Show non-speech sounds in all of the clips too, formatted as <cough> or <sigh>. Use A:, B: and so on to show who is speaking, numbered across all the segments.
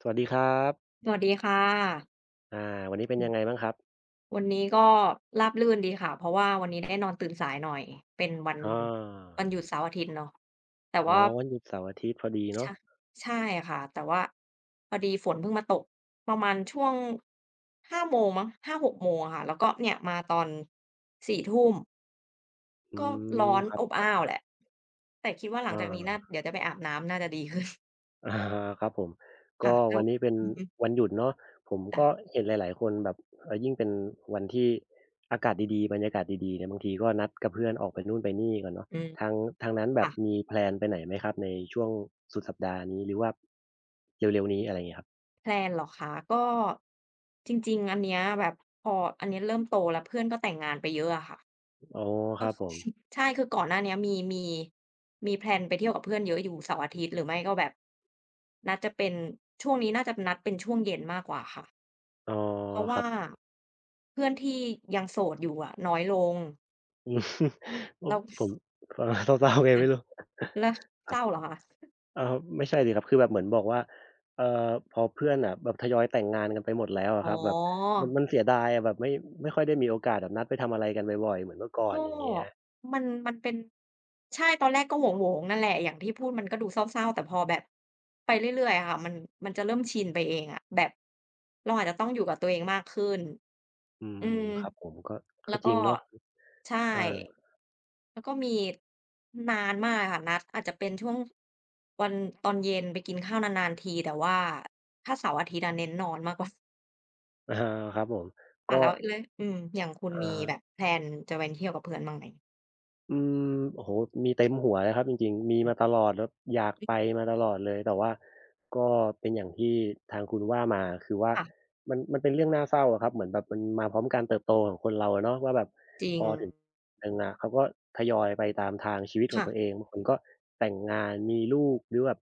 A: สวัสดีครับ
B: สวัสดีค่ะ
A: อ่าวันนี้เป็นยังไงบ้างครับ
B: วันนี้ก็ราบรื่นดีค่ะเพราะว่าวันนี้ได้นอนตื่นสายหน่อยเป็นวัน
A: อา
B: หยุดเสาร์อาทิตย์เนาะแต่
A: อ๋อ
B: ว่า
A: วันหยุดเสาร์อาทิตย์พอดี
B: ช
A: เนาะ
B: ใช่ค่ะแต่ว่าพอดีฝนเพิ่งมาตกประมาณช่วง5โมงมั้งห6โมงอะค่ะแล้วก็เนี่ยมาตอน4ทุ่ม
A: อื
B: ก็
A: ม
B: ร้อน
A: ครับ
B: อบอ้าวแหละแต่คิดว่าห
A: อ
B: ลังจากนี้น่า
A: า
B: เดี๋ยวจะไปอาบน้ำน่าจะดีขึ้น
A: อา <laughs> ครับผม
B: <laughs> ค่ะ
A: ก็
B: แล้
A: วั
B: ว
A: นนี้เป็น
B: อือฮึ
A: วันหยุดเนาะผม
B: ค่ะ
A: ก็เห็นหลายๆ คนแบบยิ่งเป็นวันที่อากาศดีๆบรรยากาศดีๆเนี่ยบางทีก็นัดกับเพื่อนออกไปนู่นไปนี่กันเนาะ
B: อืม
A: ทางทางนั้นแบบ
B: ค่ะ
A: มีแพลนไปไหนไหมครับ ในช่วงสุดสัปดาห์นี้หรือว่าเร็วๆนี้อะไรเงี้ยครับ
B: แพลนเหรอคะก็จริงๆอันเนี้ยแบบพออันเนี้ยเริ่มโตแล้วเพื่อนก็แต่งงานไปเยอะอะค่ะ
A: อ๋อค
B: ก็
A: รับผม
B: <laughs> ใช่คือก่อนหน้าเนี้ยมีมีแพลนไปเที่ยวกับเพื่อนเยอะอยู่เสาร์อาทิตย์หรือไม่ก็แบบนัดจะเป็นช่วงนี้น่าจะนัดเป็นช่วงเย็นมากกว่าค่ะ
A: อ๋อ
B: เพราะ
A: ครั
B: ว่า
A: บ
B: เพื่อนที่ยังโสดอยู่อะน้อยลง
A: อืม <laughs> ผม
B: แล้ว
A: ผมฟัง <laughs> แล้วเศร้าๆไง
B: <laughs> ค่ะ
A: ไม่รู้
B: แล้ว
A: ค
B: เศ
A: รับ
B: ร้าเหรอคะ
A: เออไม่ใช่สิครับคือแบบเหมือนบอกว่าพอเพื่อนอะแบบทยอยแต่งงานกันไปหมดแล้ว
B: อ๋
A: อะ
B: อ
A: ครับแบบมันเสียดายอะแบบไม่ค่อยได้มีโอกาสแบบนัดไปทำอะไรกันบ่อยๆเหมือนเมื่อก่อน
B: ก็
A: อย่างเงี้ย
B: มันเป็นใช่ตอนแรกก็โหวงๆนั่นแหละอย่างที่พูดมันก็ดูเศร้าๆแต่พอแบบไปเรื่อยๆอะค่ะมันจะเริ่มชินไปเองอะแบบเราอาจจะต้องอยู่กับตัวเองมากขึ้น
A: อืม
B: อืม
A: ครับผมก็ก็
B: แล้ว
A: จริ
B: ก็
A: งเนาะ
B: ใช่
A: อา
B: แล้วก็มีนานมากอะค่ะนัดอาจจะเป็นช่วงวันตอนเย็นไปกินข้าวนานๆทีแต่ว่าถ้าเสาร์อาทิตย์อะเน้นนอนมากกว่า <laughs>
A: <laughs> อะฮะครับผม
B: ค่ะ
A: ก็
B: แล้วเลยอืมอย่างคุณมีแบบ
A: อ่า
B: แพลนจะไปเที่ยวกับเพื่อนบ้างไหม
A: อืมโอ้โฮมีเต็มหัวเลยครับจริงๆมี
B: อื
A: มาต
B: ม
A: ลอดแล้วอยากไปมาตลอดเลยแต่ว่าก็เป็นอย่างที่ทางคุณว่ามาคือว่า
B: ค่ะ
A: มันเป็นเรื่องน่าเศร้าอะครับเหมือนแบบมันมาพร้อมการเติบโตของคนเราอะเนาะว่าแบบ
B: จริ
A: พ
B: ง
A: อถึงหนึ่งอะเขาก็ทยอยไปตามทางชีวิตของตัวเอ
B: ค่ะ
A: งบางคนก็แต่งงานมีลูกหรือแบบ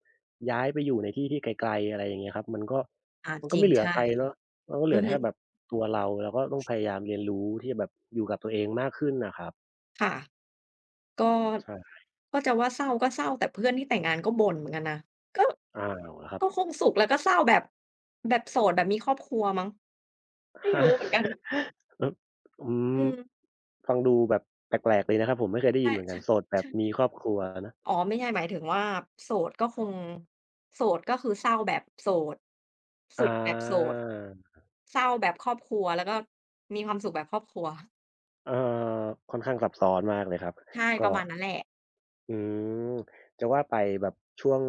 A: ย้ายไปอยู่ในที่ที่ไกลๆอะไรอย่างเงี้ยครับมันก็
B: อา
A: มัน
B: จ
A: ก็
B: ริ
A: ไม่
B: ง
A: เหลือ
B: ใช่
A: ใครเนาะมันก็เหลื
B: อื
A: อ
B: อฮึ
A: แค่แบบตัวเราก็ต้องพยายามเรียนรู้ที่จะแบบอยู่กับตัวเองมากขึ้นน่ะครับ
B: ค่ะก็
A: ใช่
B: ก็จะว่าเศร้าก็เศร้าแต่เพื่อนที่แต่งงานก็บ่นเหมือนกันนะก็
A: อ้าวเหรอครับ
B: ก็คงสุขแล้วก็เศร้าแบบแบบโสดแบบมีครอบครัวมั้งไม่รู้เหมือนกัน
A: เออ <laughs> อื
B: อื
A: ม
B: ม
A: ฟังดูแบบแปลกๆเลยนะครับผมไม่เคยได้ยิน
B: ใช่
A: เหมือนกัน
B: ใช่
A: โสดแบบ
B: ใช่
A: มีครอบครัวนะ
B: อ๋อไม่ใช่หมายถึงว่าโสดก็คงโสดก็คือเศร้าแบบโสด
A: อ
B: สุขแบบโส
A: า
B: ดเศร้าแบบครอบครัวแล้วก็มีความสุขแบบครอบครัว
A: เอ่อค่อนข้างซับซ้อนมากเลยครับ
B: ใช่ป
A: ก็
B: ระมาณนั้นแหละ
A: อืมจะว่าไปแบบช่วง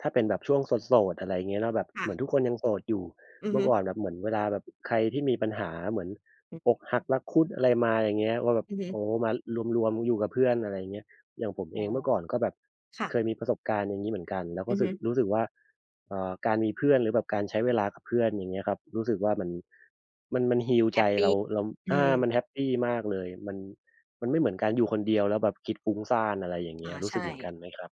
A: ถ้าเป็นแบบช่วงโสดๆอะไรอย่างเงี้ยเนาะแบบเห
B: ค่ะ
A: มือนทุกคนยังโสดอยู่
B: อือ
A: เมื่อ
B: ฮึ
A: ก่อนแบบเหมือนเวลาแบบใครที่มีปัญหาเหมือน
B: อือ
A: อกหั
B: ฮึ
A: กรักคุดอะไรมาอย่างเงี้ยว่าแบบ
B: อือฮึ
A: โอ้มารวมๆอยู่กับเพื่อนอะไรอย่างเงี้ยอย่างผม
B: อ๋
A: เอ
B: อ
A: งเมื่อก่อนก็แบบ
B: ค่ะ
A: เคยมีประสบการณ์อย่างงี้เหมือนกันแล้วก็
B: อือ
A: สึ
B: ฮึ
A: กรู้สึกว่าการมีเพื่อนหรือแบบการใช้เวลากับเพื่อนอย่างเงี้ยครับรู้สึกว่ามัน heal
B: แฮ
A: ใจ
B: ปปี
A: เรา
B: อื
A: อา
B: ม
A: มันแฮปปีมากเลยมัน มันไม่เหมือนการอยู่คนเดียวแล้วแบบคิดฟุ้งซ่านอะไรอย่างเงี้
B: อา
A: ยรู้สึก
B: ใช่
A: เหมือนกันไหมครับ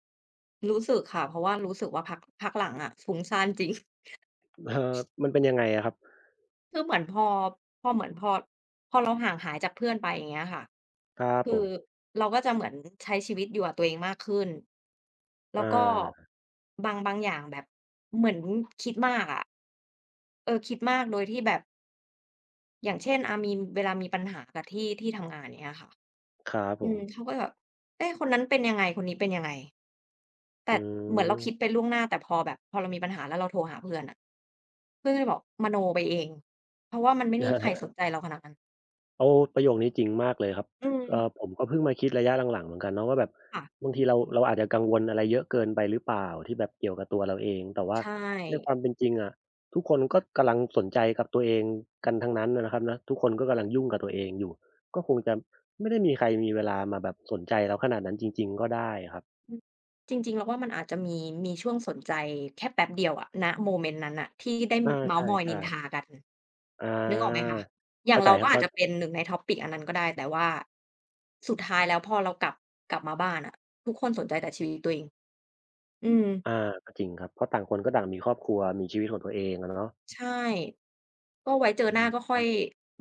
B: รู้สึกค่ะเพราะว่ารู้สึกว่าพักหลังอะฟุ้งซ่านจริง <laughs>
A: เอ่อมันเป็นยังไงอะครับ
B: คือเหมือนพอพอเหมือนพอพอเราห่างหายจากเพื่อนไปอย่างเงี้ยค่ะ
A: ครับผ
B: คือ
A: ม
B: เราก็จะเหมือนใช้ชีวิตอยู่กับตัวเองมากขึ้น
A: อ
B: แล้วก็
A: า
B: บางอย่างแบบเหมือนคิดมากอะเออคิดมากโดยที่แบบอย่างเช่นอามีเวลามีปัญหากับที่ทำงานอย่างเงี้ยค่ะ
A: ครับผ
B: อื
A: ม
B: มเขาก็จะแบบเอ๊ะคนนั้นเป็นยังไงคนนี้เป็นยังไง
A: อื
B: แต่เหมือนเราคิดไป
A: ม
B: ล่วงหน้าแต่พอแบบพอเรามีปัญหาแล้วเราโทรหาเพื่อนอะเพื่อนก็จะบอกมโนไปเองเพราะว่ามันไม่มีใครส
A: <laughs>
B: นใจเราขนาดนั้น
A: โอ้ประโยคนี้จริงมากเลยครับ
B: อืม
A: ผมก็เพิ่งมาคิดระยะหลังๆเหมือนกันเนาะว่าแบบ
B: ค่ะ
A: บางทีเราอาจจะกังวลอะไรเยอะเกินไปหรือเปล่าที่แบบเกี่ยวกับตัวเราเองแต่ว่า
B: ใช่
A: ในความเป็นจริงอะทุกคนก็กำลังสนใจกับตัวเองกันทั้งนั้นน่ะนะครับนะทุกคนก็กำลังยุ่งกับตัวเองอยู่ก็คงจะไม่ได้มีใครมีเวลามาแบบสนใจเราขนาดนั้นจริงๆก็ได้ครับ
B: อืมจริงๆเราว่ามันอาจจะมีช่วงสนใจแค่แป๊บเดียวอะณโมเมนต์นั้นน่ะที่ได้
A: อาใช
B: เม้าท์มอย
A: ่
B: นินทากัน
A: ๆอ
B: นึกออกไหม
A: า
B: คะอย่า
A: เข้า
B: ง
A: ใจ
B: เรา
A: ครั
B: ก็
A: บ
B: อาจ
A: เข้า
B: จะเป็นหนึ่งใน topic อันนั้นก็ได้แต่ว่าสุดท้ายแล้วพอเรากลับมาบ้านอะทุกคนสนใจแต่ชีวิตตัวเองอืม
A: อาก็จริงครับเพราะต่างคนก็ต่างมีครอบครัวมีชีวิตของตัวเองอะเนาะ
B: ใช่ก็ไว้เจอ
A: อื
B: หน้าก็
A: ม
B: ค่อย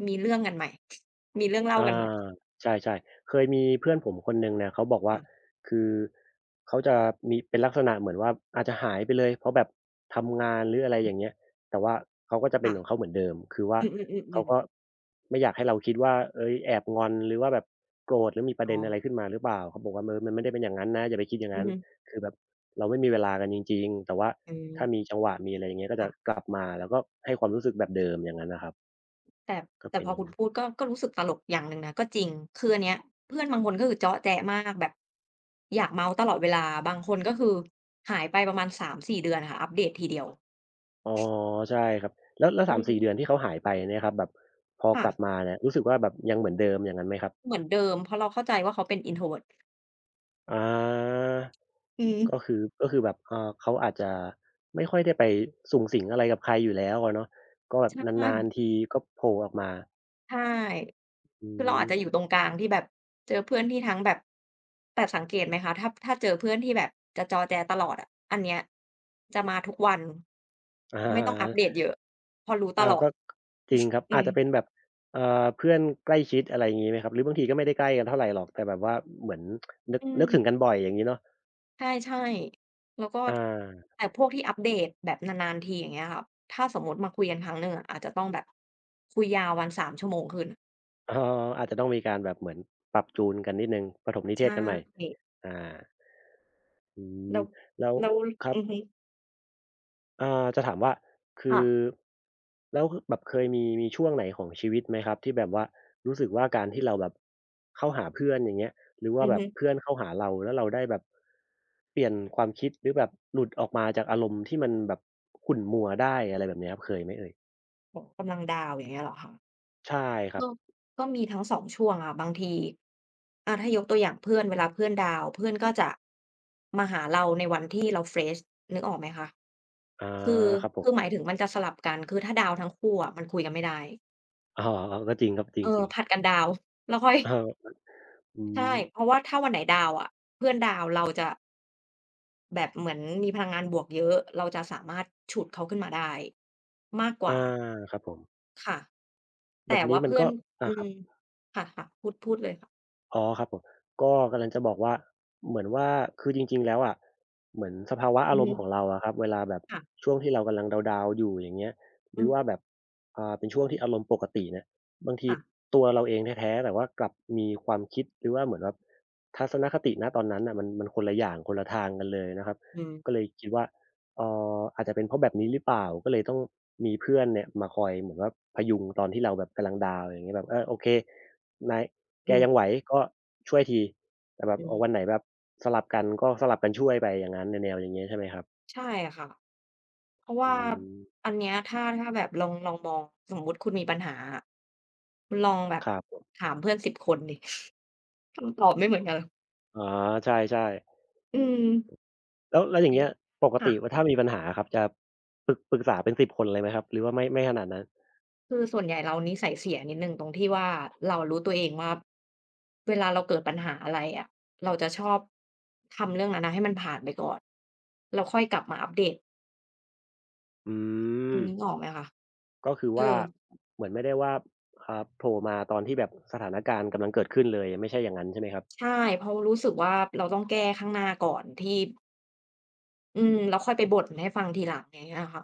B: มีเรื่องกันใหม่ <laughs> มีเรื่องเล่า
A: อ
B: กันใหม่
A: าใช่ๆเคยมีเพื่อนผมคนหนึ่งเนี่ยเขาบอกว่า
B: ค่ะ
A: คือเขาจะมีเป็นลักษณะเหมือนว่าอาจจะหายไปเลยเพราะแบบทำงานหรืออะไรอย่างเงี้ยแต่ว่าเขาก็จะเป็น
B: ค่ะ
A: ของเขาเหมือนเดิมคือว่า
B: อื
A: เขา
B: ม
A: ก็
B: ๆๆ
A: ไม่อยากให้เราคิดว่าเฮ้ยแอบงอนหรือว่าแบบโกรธหรือมีประเด็
B: อ๋อ
A: น
B: ๆ
A: อะไรขึ้นมาหรือเปล่าเขาบอกว่าเออมันไม่ได้เป็นอย่างนั้นนะอย่าไปคิดอย่าง
B: อืม
A: นั้น
B: อฮึ
A: คือแบบเราไม่มีเวลากันจริงๆแต่ว่า
B: อืมอื
A: ถ้ามี
B: ม
A: จังหวะมีอะไรอย่างเงี้ยก็จะ
B: ค่ะ
A: กลับมาแล้วก็ให้ความรู้สึกแบบเดิมอย่างนั้นน่ะครับ
B: แต่
A: ก็
B: แต่
A: เป็น
B: พ
A: อ
B: อ
A: ย่าง
B: คุณ
A: งั้น
B: พูดก็ก็รู้สึกตลกอย่างหนึ่งนะก็จริงคืออันเนี้ยเพื่อนบางคนก็คือเจาะแจ๊ะมากแบบอยากเมาตลอดเวลา บางคนก็คือหายไปประมาณ3-4เดือนค่ะอัปเดตทีเดียว
A: อ๋อใช่ครับแล้ว
B: อื
A: 3-4เดือน
B: ม
A: ที่เขาหายไปเนี่ยครับแบบพอก
B: ค่ะ
A: ลับมาเนี่ยรู้สึกว่าแบบยังเหมือนเดิมอย่างนั้นไหมครับ
B: เหมือนเดิมเพราะเราเข้าใจว่าเขาเป็น introvert
A: อา
B: อืม
A: ก็คือแบบเขาอาจจะไม่ค่อยได้ไปสุงสิงอะไรกับใครอยู่แล้วอะเนาะก็แบบ
B: ใช่
A: นานๆทีก็โผล่ออกมา
B: ใช่
A: อื
B: คือเรา
A: ม
B: อาจจะอยู่ตรงกลางที่แบบเจอเพื่อนที่ทั้งแบบแต่สังเกตไหมคะถ้าเจอเพื่อนที่แบบจะจอแจตลอดอะอันเนี้ยจะมาทุกวัน
A: อ
B: ไม่ต้องอัปเด
A: า
B: ตเยอะเพราะรู้ต
A: อา
B: ลอ
A: ก็
B: ด
A: จริงครับ
B: อื
A: อาจ
B: ม
A: จะเป็นแบบเพื่อนใกล้ชิดอะไรอย่างงี้ไหมครับหรือบางทีก็ไม่ได้ใกล้กันเท่าไรหรอกแต่แบบว่าเหมือนนึก
B: อืม
A: นึกถึงกันบ่อยอย่างงี้เนาะ
B: ใช่ๆแล้วก็
A: อา
B: แต่พวกที่อัปเดตแบบนานๆทีอย่างเงี้ยค่ะถ้าสมมุติมาคุยกันครั้งหนึ่งอะอาจจะต้องแบบคุยยาววัน3 ชั่วโมงขึ้น
A: อ๋ออาจจะต้องมีการแบบเหมือนปรับจูนกันนิดหนึ่งประถมนิเท
B: ใช
A: ศกันใหม่
B: ่
A: อาอืม
B: แล้ว
A: แล้ว
B: แล้ว
A: ครับ
B: อือฮึ
A: อ่าจะถามว่าคือ
B: ค่ะ
A: แล้วคือแบบเคยมีช่วงไหนของชีวิตไหมครับที่แบบว่ารู้สึกว่าการที่เราแบบเข้าหาเพื่อนอย่างเงี้ยหรือว่า
B: อือ
A: แบบ
B: ฮึ
A: เพื่อนเข้าหาเราแล้วเราได้แบบเปลี่ยนความคิดหรือแบบหลุดออกมาจากอารมณ์ที่มันแบบขุ่นมัวได้อะไรแบบเนี้ยครับเคยไหมเอ่ย
B: ของกำลังดาวอย่างเงี้ยเหรอคะ
A: ใช่ครับ
B: ก็ก็มีทั้งสองช่วงอะบางทีอาถ้ายกตัวอย่างเพื่อนเวลาเพื่อนดาวน์เพื่อนก็จะมาหาเราในวันที่เราเฟรชนึกออกไหมคะ
A: อา
B: คือ
A: ครับผ
B: คือห
A: ม
B: มายถึงมันจะสลับกันคือถ้าดาวน์ทั้งคู่อะมันคุยกันไม่ได้
A: อ๋อก็จริงครับจ
B: เออ
A: ริง
B: ผลัดกันดาวน์ <laughs> แล้วค่อย
A: ๆเอออืม
B: ใช่เพราะว่าถ้าวันไหนดาวน์อะเพื่อนดาวน์เราจะแบบเหมือนมีพลังงานบวกเยอะเราจะสามารถฉุดเขาขึ้นมาได้มากก
A: อา
B: ว่า
A: ครับผม
B: ค่ะ
A: แบ
B: แต่
A: บนี้
B: ว่า
A: มัน
B: เพื่อ
A: ก็
B: น
A: อา
B: อื
A: ครั
B: ม
A: บ
B: ค่ะๆพูดเลยค่ะ
A: อ๋อครับผมก็กำลังจะบอกว่าเหมือนว่าคือจริงๆแล้วอะเหมือนสภาวะ
B: อื
A: อา
B: อ
A: รม
B: ฮึ
A: ณ์ของเราอะครับเวลาแบบ
B: ค่ะ
A: ช่วงที่เรากำลังดาวน์ๆอยู่อย่างเงี้ยห
B: อื
A: รือว่า
B: ม
A: แบบเป็นช่วงที่อารมณ์ปกติเนี่ยบางที
B: ค่ะ
A: ตัวเราเองแท้ๆแต่ว่ากลับมีความคิดหรือว่าเหมือนแบบทัศนคติณตอนนั้นน่ะมันคนละอย่างคนละทางกันเลยนะครับ
B: อืม
A: ก็เลยคิดว่าเอ่อาจจะเป็นเพราะแบบนี้หรือเปล่าก็เลยต้องมีเพื่อนเนี่ยมาคอยเหมือนว่าพยุงตอนที่เราแบบกำลังดาวน์อย่างเงี้ยแบบเออโอเคนาย แก
B: อื
A: ยัง
B: ม
A: ไหวก็ช่วยทีแต่แบบ
B: อื
A: อ๋อวันไห
B: ม
A: นแบบสลับกันก็สลับกันช่วยไปอย่างงั้นแนวๆอย่างงี้ใช่ไหมครับ
B: ใช่ค่ะเพราะ
A: อื
B: ว่า
A: ม
B: อันเนี้ยถ้าแบบลองมองสมมุติคุณมีปัญหาอะคุณลองแบ
A: ค
B: บ
A: รับผม
B: ถามเพื่อนสิบคนดิ <laughs> คำตอบไม่เหมือนกันหรอก
A: อ๋อใช่ๆ
B: อืม
A: แล้วแล้วอย่าง
B: อื
A: เงี้
B: อ
A: ยปก
B: ค่ะ
A: ติว่าถ้ามีปัญหาอะครับจะปรึกษาเป็นสิบคนเลยไหมครับหรือว่าไม่ไม่ขนาดนั้น
B: คือส่วนใหญ่เรานิสัยเสียนิดหนึ่งตรงที่ว่าเรารู้ตัวเองว่าเวลาเราเกิดปัญหาอะไรอะเราจะชอบทำเรื่องนั้นน่ะให้มันผ่านไปก่อนแล้วค่อยกลับมาอัปเดต
A: อื
B: อือ
A: ม
B: นึกออกไหมคะ
A: ก็คือ
B: เออ
A: ว่าเหมือนไม่ได้ว่าโผล่มาตอนที่แบบสถานการณ์กำลังเกิดขึ้นเลยไม่ใช่อย่างนั้นใช่ไหมครับ
B: ใช่เพราะรู้สึกว่าเราต้องแก้ข้างหน้าก่อนที่ อืมแล้วค่อยไปบ่นให้ฟังทีหลังอย่างเงี้ยค่ะ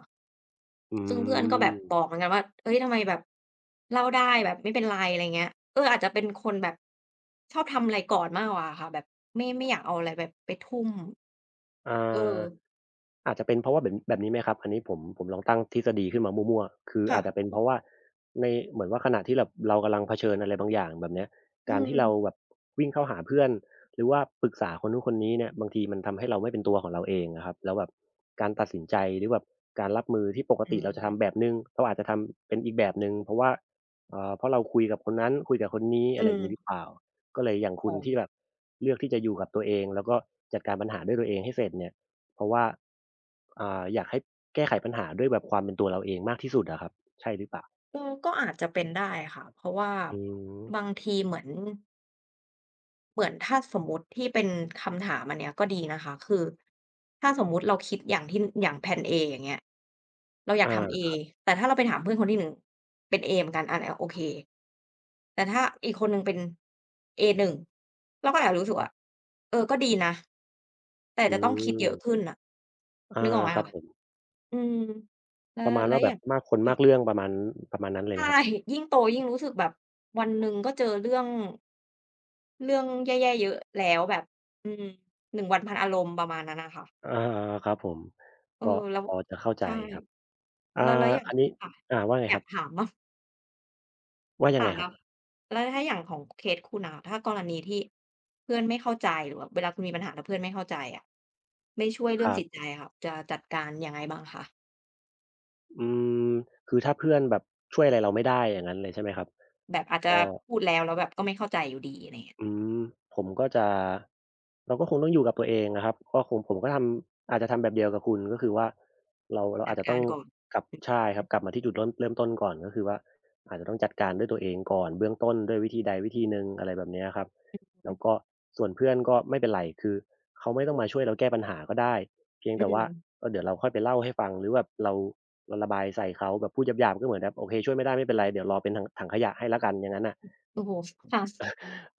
A: อื
B: ซึ่งเพื่อนก็แบบบอ
A: ม
B: กเหมือนกันว่าเฮ้ยทำไมแบบเล่าได้แบบไม่เป็นไรอะไรเงี้ยเอออาจจะเป็นคนแบบชอบทำอะไรก่อนมากกว่าค่ะแบบไม่อยากเอาอะไรแบบไปทุ่ม
A: อ
B: เอ
A: า
B: อ
A: อาจจะเป็นเพราะว่าแบบแบบนี้ไหมครับอันนี้ผมลองตั้งทฤษฎีขึ้นมามั่วๆคืออาจจะเป็
B: ค่ะ
A: นเพราะว่าในเหมือนว่าขณะที่แบบเรากำลังเผชิญอะไรบางอย่างแบบเนี้ย
B: อื
A: การที่เราแบ
B: ม
A: บวิ่งเข้าหาเพื่อนหรือว่าปรึกษาคนนู้นคนนี้เนี่ยบางทีมันทำให้เราไม่เป็นตัวของเราเองอะครับแล้วแบบการตัดสินใจหรือแบบการรับมือที่ปก
B: อื
A: ติเราจะทำ
B: ม
A: แบบหนึ่งเราอาจจะทำเป็นอีกแบบหนึ่งเพราะว่าเพราะเราคุยกับคนนั้นคุยกับคนนี้
B: อื
A: อะไรอย่างงี้หรือ
B: ม
A: เปล่าก็เลยอย่างคุ
B: อ๋
A: ณ
B: อ
A: ที่แบบเลือกที่จะอยู่กับตัวเองแล้วก็จัดการปัญหาด้วยตัวเองให้เสร็จเนี่ย เพราะว่าอยากให้แก้ไขปัญหาด้วยแบบความเป็นตัวเราเองมากที่สุดอะครับใช่หรือเปล่า
B: เออก็อาจจะเป็นได้ค่ะเพราะว่า
A: อืม
B: บางทีเหมือน เหมือนถ้าสมมุติที่เป็นคำถามอันเนี้ยก็ดีนะคะคือถ้าสมมุติเราคิดอย่างที่อย่างแพลน A อย่างเงี้ยเราอยา
A: อ
B: กทำ A
A: า
B: แต่ถ้าเราไปถามเพื่อนคนที่หนึ่งเป็น A เหมือนกันอันเนี้ยโอเคแต่ถ้าอีกคนหนึ่งเป็น A1 เราก็อาจจะรู้สึกว่าเออก็ดีนะแต่
A: อื
B: จะต้องคิด
A: ม
B: เยอะขึ้นน่ะ
A: อา
B: นึกออกไหม
A: ครับ
B: คะ
A: ผม
B: อืมแล้ว
A: ประมาณ
B: แล้ว
A: ว่าแบ
B: อ
A: บ
B: ย่าง
A: มากคนมาก
B: ค่ะ
A: เรื่องประมาณประมาณนั้นเลยไหมครั
B: ใช่
A: บ
B: ยิ่งโตยิ่งรู้สึกแบบวันหนึ่งก็เจอเรื่อง เรื่องแย่ๆเยอะแล้วแบบอืม1วันพ0 0 0อารมณ์ประมาณนั้นน่ะค่ะ
A: อาครับผม
B: เออ
A: ก็
B: แล้ว
A: พอจะเข้าใจ
B: ใช่
A: ครับอ่า
B: แล้วอย่าง
A: อันนี้
B: ค่ะ
A: ว่าไง
B: อ
A: ค
B: ยา
A: รั
B: ก
A: บ
B: ถามเนาะ
A: ว่ายังไง
B: ค่ะ
A: ครั
B: แล้
A: บ
B: วแล้วถ้าอย่างของเคสคุณอะถ้ากรณีที่เพื่อนไม่เข้าใจหรือแบบเวลาคุณมีปัญหาแล้วเพื่อนไม่เข้าใจอะไม่ช่วย
A: ค
B: เรื่อง
A: รั
B: จิตใจ
A: บ
B: อะค่ะจะจัดการยังไงบ้างคะ
A: อืมคือถ้าเพื่อนแบบช่วยอะไรเราไม่ได้อย่างงั้นเลยใช่ไหมครับ
B: แบบอาจจะ
A: ก็
B: พูดแล้วแล้วแบบก็ไม่เข้าใจอยู่ดีอะไรอย่างเงี้ย
A: อืมผมก็จะเราก็คงต้องอยู่กับตัวเองนะครับก็คงผมก็ทำอาจจะทำแบบเดียวกับคุณก็คือว่าเรา
B: จั
A: อาจ
B: ด
A: จะต้
B: กา
A: อง
B: รก่อน
A: กลับ
B: อือฮ
A: ใช่ครับกลับมาที่จุดเริ่มต้นก่อนก็คือว่าอาจจะต้องจัดการด้วยตัวเองก่อนเบื้องต้นด้วยวิธีใดวิธีหนึ่งอะไรแบบเนี้ยครับแล้
B: ึ
A: วก็ส่วนเพื่อนก็ไม่เป็นไรคือเขาไม่ต้องมาช่วยเราแก้ปัญหาก็ได้เพียง
B: อื
A: แต่ว่า
B: ม
A: เออเดี๋ยวเราค่อยไปเล่าให้ฟังหรือแบบเราระบายใส่เขาแบบพูดหยาบๆก็เหมือนแบบโอเคช่วยไม่ได้ไม่เป็นไรเดี๋ยวรอเป็นถังขยะให้แล้วกันอย่างงั้นน่ะ
B: โอ้โฮค่ะ
A: อ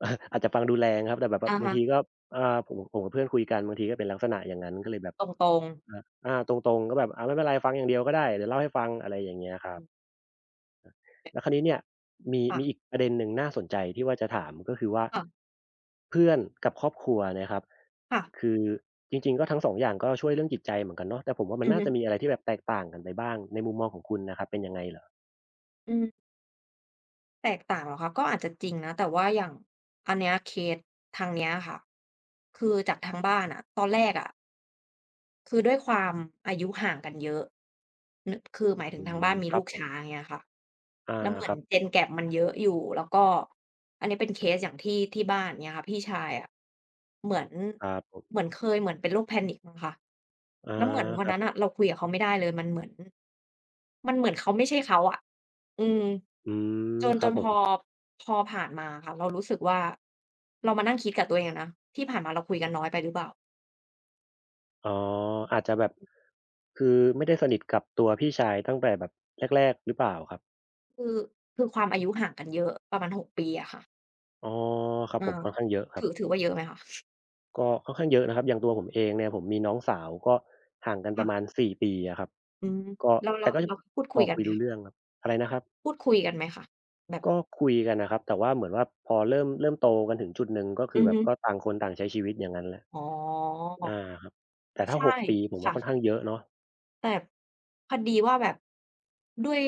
A: าอาจจะฟังดูแรงครับแต่แบบว่า
B: อะ
A: บาง
B: ฮะ
A: ทีก็ผมกับเพื่อนคุยกันบางทีก็เป็นลักษณะอย่างนั้นก็เลยแบบ
B: ตรง
A: อา
B: ๆ
A: อาตรงๆก็แบบอาไม่เป็นไรฟังอย่างเดียวก็ได้เดี๋ยวเล่าให้ฟังอะไรอย่างเงี้ยครั
B: อื
A: บ
B: ม
A: แล้วคราวนี้เนี่ยมีอีก
B: ค่ะ
A: ประเด็นหนึ่งน่าสนใจที่ว่าจะถามก็คือว่า
B: ค่ะ
A: เพื่อนกับครอบครัวเนี่ยครับ
B: ค่ะ
A: คือจริงๆก็ทั้งสองอย่างก็ช่วยเรื่องจิตใจเหมือนกันเนาะแต่ผมว่ามัน
B: อือ
A: น่า
B: ฮึ
A: จะมีอะไรที่แบบแตกต่างกันไปบ้างในมุมมองของคุณน่ะครับเป็นยังไงเหรอ
B: อืมแตกต่างเหรอคะก็อาจจะจริงนะแต่ว่าอย่างอันเนี้ยเคสทางเนี้ยค่ะคือจากทางบ้านอะตอนแรกอะ คือด้วยความอายุห่างกันเยอะนึคือหมายถึ
A: อื
B: งทา
A: ม
B: งบ้านมี
A: ครั
B: ลู
A: บ
B: ก
A: ผ
B: ช้า
A: ม
B: อย่างเงี้ยค่ะ
A: อา
B: แล้วเหมื
A: ค
B: อน
A: รับ
B: Gen Gap มันเยอะอยู่แล้วก็อันนี้เป็นเคสอย่างที่ที่บ้านเงี้ยค่ะพี่ชายอะเหมือน
A: ครับผม
B: เหมือนเคยเหมือนเป็นโรค Panic มั้งคะ
A: อา
B: แล้วเหมือน
A: ค
B: วัน
A: รั
B: นั้นน่ะ
A: บ
B: เราคุยกับเขาไม่ได้เลยมันเหมือนมันเหมือนเขาไม่ใช่เขาอะอืม
A: อืม
B: จน
A: ค
B: จ
A: รับ
B: น
A: ผ
B: พ
A: ม
B: อพอผ่านมาค่ะเรารู้สึกว่าเรามานั่งคิดกับตัวเองอะนะที่ผ่านมาเราคุยกันน้อยไปหรือเปล่า
A: อ๋ออาจจะแบบคือไม่ได้สนิทกับตัวพี่ชายตั้งแต่แบบแรกๆหรือเปล่าครับ
B: คือคือความอายุห่างกันเยอะประมาณ6ปีอะค่ะ
A: อ๋อครับ
B: เออ
A: ผมค่อนข้างเยอะครับ
B: ถือถือว่าเยอะไหมคะ
A: ก็ค่อนข้างเยอะนะครับอย่างตัวผมเองเนี่ยผมมีน้องสาวก็ห่างกันป
B: ค่ะ
A: ระมาณ4ปีอะครับ
B: อืม
A: ก็
B: แล้วแล้
A: แต่
B: ว
A: ก็
B: แล้วพูด
A: พ
B: คุ
A: อ
B: ยกัน
A: คุ
B: ไห
A: ย
B: ม
A: รู้
B: คะ
A: เรื่องครับอะไรนะครับ
B: พูดคุยกันไหมคะแบบ
A: ก็คุยกันนะครับแต่ว่าเหมือนว่าพอเริ่มโตกันถึงจุดหนึ่งก็คือ
B: อือ
A: แบบ
B: ฮึ
A: ก็ต่างคนต่างใช้ชีวิตอย่างงั้นแหละ
B: อ๋อ
A: อาครับแต่ถ้า
B: ใช่
A: 6ปีผมว่า
B: ค่ะ
A: ค่อนข้างเยอะเนาะ
B: แต่พอดีว่าแบบด้วย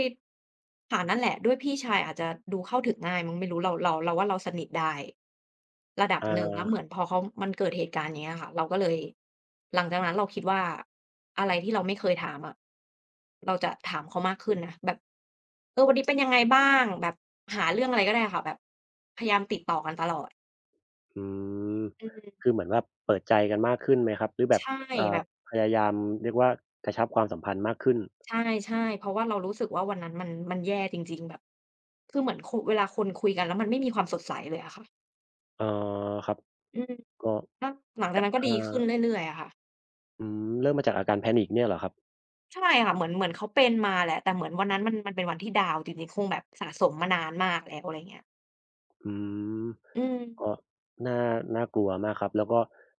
B: ค่ะนั่นแหละด้วยพี่ชายอาจจะดูเข้าถึงง่ายมั้งไม่รู้เราว่าเราสนิทได้ระดับ
A: อา
B: หนึ่งแล้ว
A: ค
B: เห
A: รั
B: มือน
A: บ
B: พอเขามันเกิดเหตุการณ์อย่างเงี้ยค่ะเราก็เลยหลังจากนั้นเราคิดว่าอะไรที่เราไม่เคยถามอะเราจะถามเขามากขึ้นนะแบบเออวันนี้เป็นยังไงบ้างแบบหาเรื่องอะไรก็ได้ค่ะแบบพยายามติดต่อกันตลอด
A: อืม
B: อืม
A: คือเหมือนว่าเปิดใจกันมากขึ้นไหมครับหรือแบบ
B: ใช่
A: อ่า
B: แบบ
A: พยายามเรียกว่ากระชับความสัมพันธ์มากขึ้น
B: ใช่ๆเพราะว่าเรารู้สึกว่าวันนั้นมันมันแย่จริงๆแบบคือเหมือนคุเวลาคนคุยกันแล้วมันไม่มีความสดใสเลยอะค่ะ
A: อ๋อครับ
B: อืม
A: ก็
B: ก็หลังจาก
A: กะ
B: นั้นก็ดีขึ้นเรื่อยๆอะค่ะ
A: อืมเริ่มมาจากอาการ panic เนี่ยเหรอครับ
B: ใช่ค่ะเหมือนเขาเป็นมาแหละแต่เหมือนวันนั้นมันมันเป็นวันที่ดาวน์จริงๆคงแบบสะสมมานานมากแล้วอะไรเงี้ย
A: อืม
B: อืม
A: ก็น่าน่ากลัวมากครับแล้วก็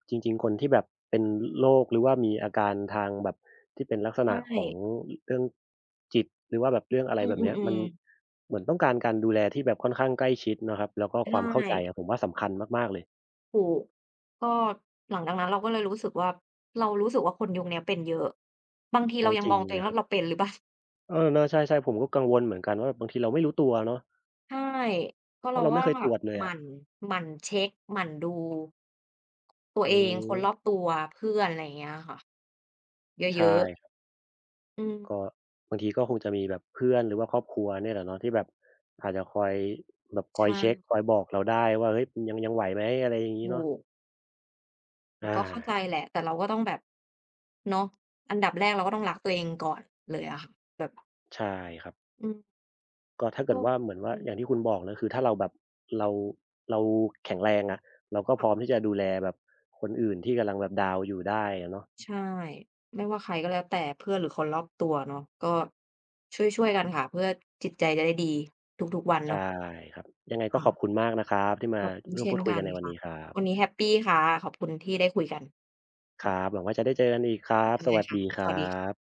A: จริงๆคนที่แบบเป็นโรคหรือว่ามีอาการทางแบบที่เป็นลักษณะ
B: ใช่
A: ของเรื่องจิตหรือว่าแบบเรื่องอะไร
B: อื
A: แบบเนี้ยมั
B: ม
A: น
B: ๆๆ
A: เหมือนต้องการการดูแลที่แบบค่อนข้างใกล้ชิดนะครับแล้วก็ค
B: ใช่
A: วามเข้าใจอะผมว่าสำคัญมากๆเลย
B: ถูกก็หลังจากนั้นเราก็เลยรู้สึกว่าเรารู้สึกว่าคนยุคเนี้ยเป็นเยอะบางที
A: โอ้
B: เรายั
A: จ
B: ง
A: ริ
B: ม
A: ง
B: องตัว
A: เล
B: เอ
A: ย
B: ง
A: ครั
B: ว่า
A: บ
B: เราเป็นหรือเปล่า
A: เออเนาะใช่ๆผมก็กังวลเหมือนกันว่าบางทีเราไม่รู้ตัวเนาะ
B: ใช่เพราะ
A: ว่า
B: เรา
A: เรา
B: ก็
A: ไม่เคย
B: แบ
A: ตร
B: บ
A: วจเลย
B: ห
A: อะ
B: มั่นหมั่นเช็กหมั่นดูตัว
A: อื
B: เองคน
A: ม
B: รอบตัวเพื่อนอะไรอย่างเงี้ยค่ะเย
A: ใช่
B: อะๆ
A: ครับ
B: อืม
A: ก็บางทีก็คงจะมีแบบเพื่อนหรือว่าครอบครัวเนี่ยแหละเนาะที่แบบอาจจะคอยแบบคอย
B: ใช่
A: เช็กคอยบอกเราได้ว่าเฮ้ยยังไหวไหมอะไรอย่างงี้
B: ถู
A: เนาะ
B: กแต่
A: อา
B: ก็เข้าใจแหละแต่เราก็ต้องแบบเนาะอันดับแรกเราก็ต้องรักตัวเองก่อนเลยอะค่ะแบบ
A: ใช่ครับ
B: อืม
A: ก็ถ้าเกิ
B: ก็
A: ดว่าเหมือนว่า
B: อืม
A: อย่างที่คุณบอกนะคือถ้าเราแบบเราเราแข็งแรงอะเราก็พร้อม
B: ค่ะ
A: ที่จะดูแลแบบคนอื่นที่กำลังแบบดาวน์อยู่ได้อะเนาะ
B: ใช่ไม่ว่าใครก็แล้วแต่เพื่อนหรือคนรอบตัวเนาะก็ช่วยๆกันค่ะเพื่อจิตใจจะได้ดีทุกๆวันเนาะ
A: ใช่ครับยังไงก็ขอบคุ
B: ค่ะ
A: ณมากนะครับที่มา
B: ขอบคุณ
A: ร่วม
B: เช่
A: พู
B: น
A: ดคุย
B: กั
A: กัน
B: น
A: ในวัน
B: ค่ะ
A: นี้ครับ
B: วันนี้แฮปปีค่ะ ขอบคุณที่ได้คุยกัน
A: ค
B: ค่ะ
A: รับหวังว่าจะได้เจอกันอีกครับส
B: ได้
A: วัส
B: ค่ะ
A: ดีค
B: ส
A: รั
B: วัสดี
A: บ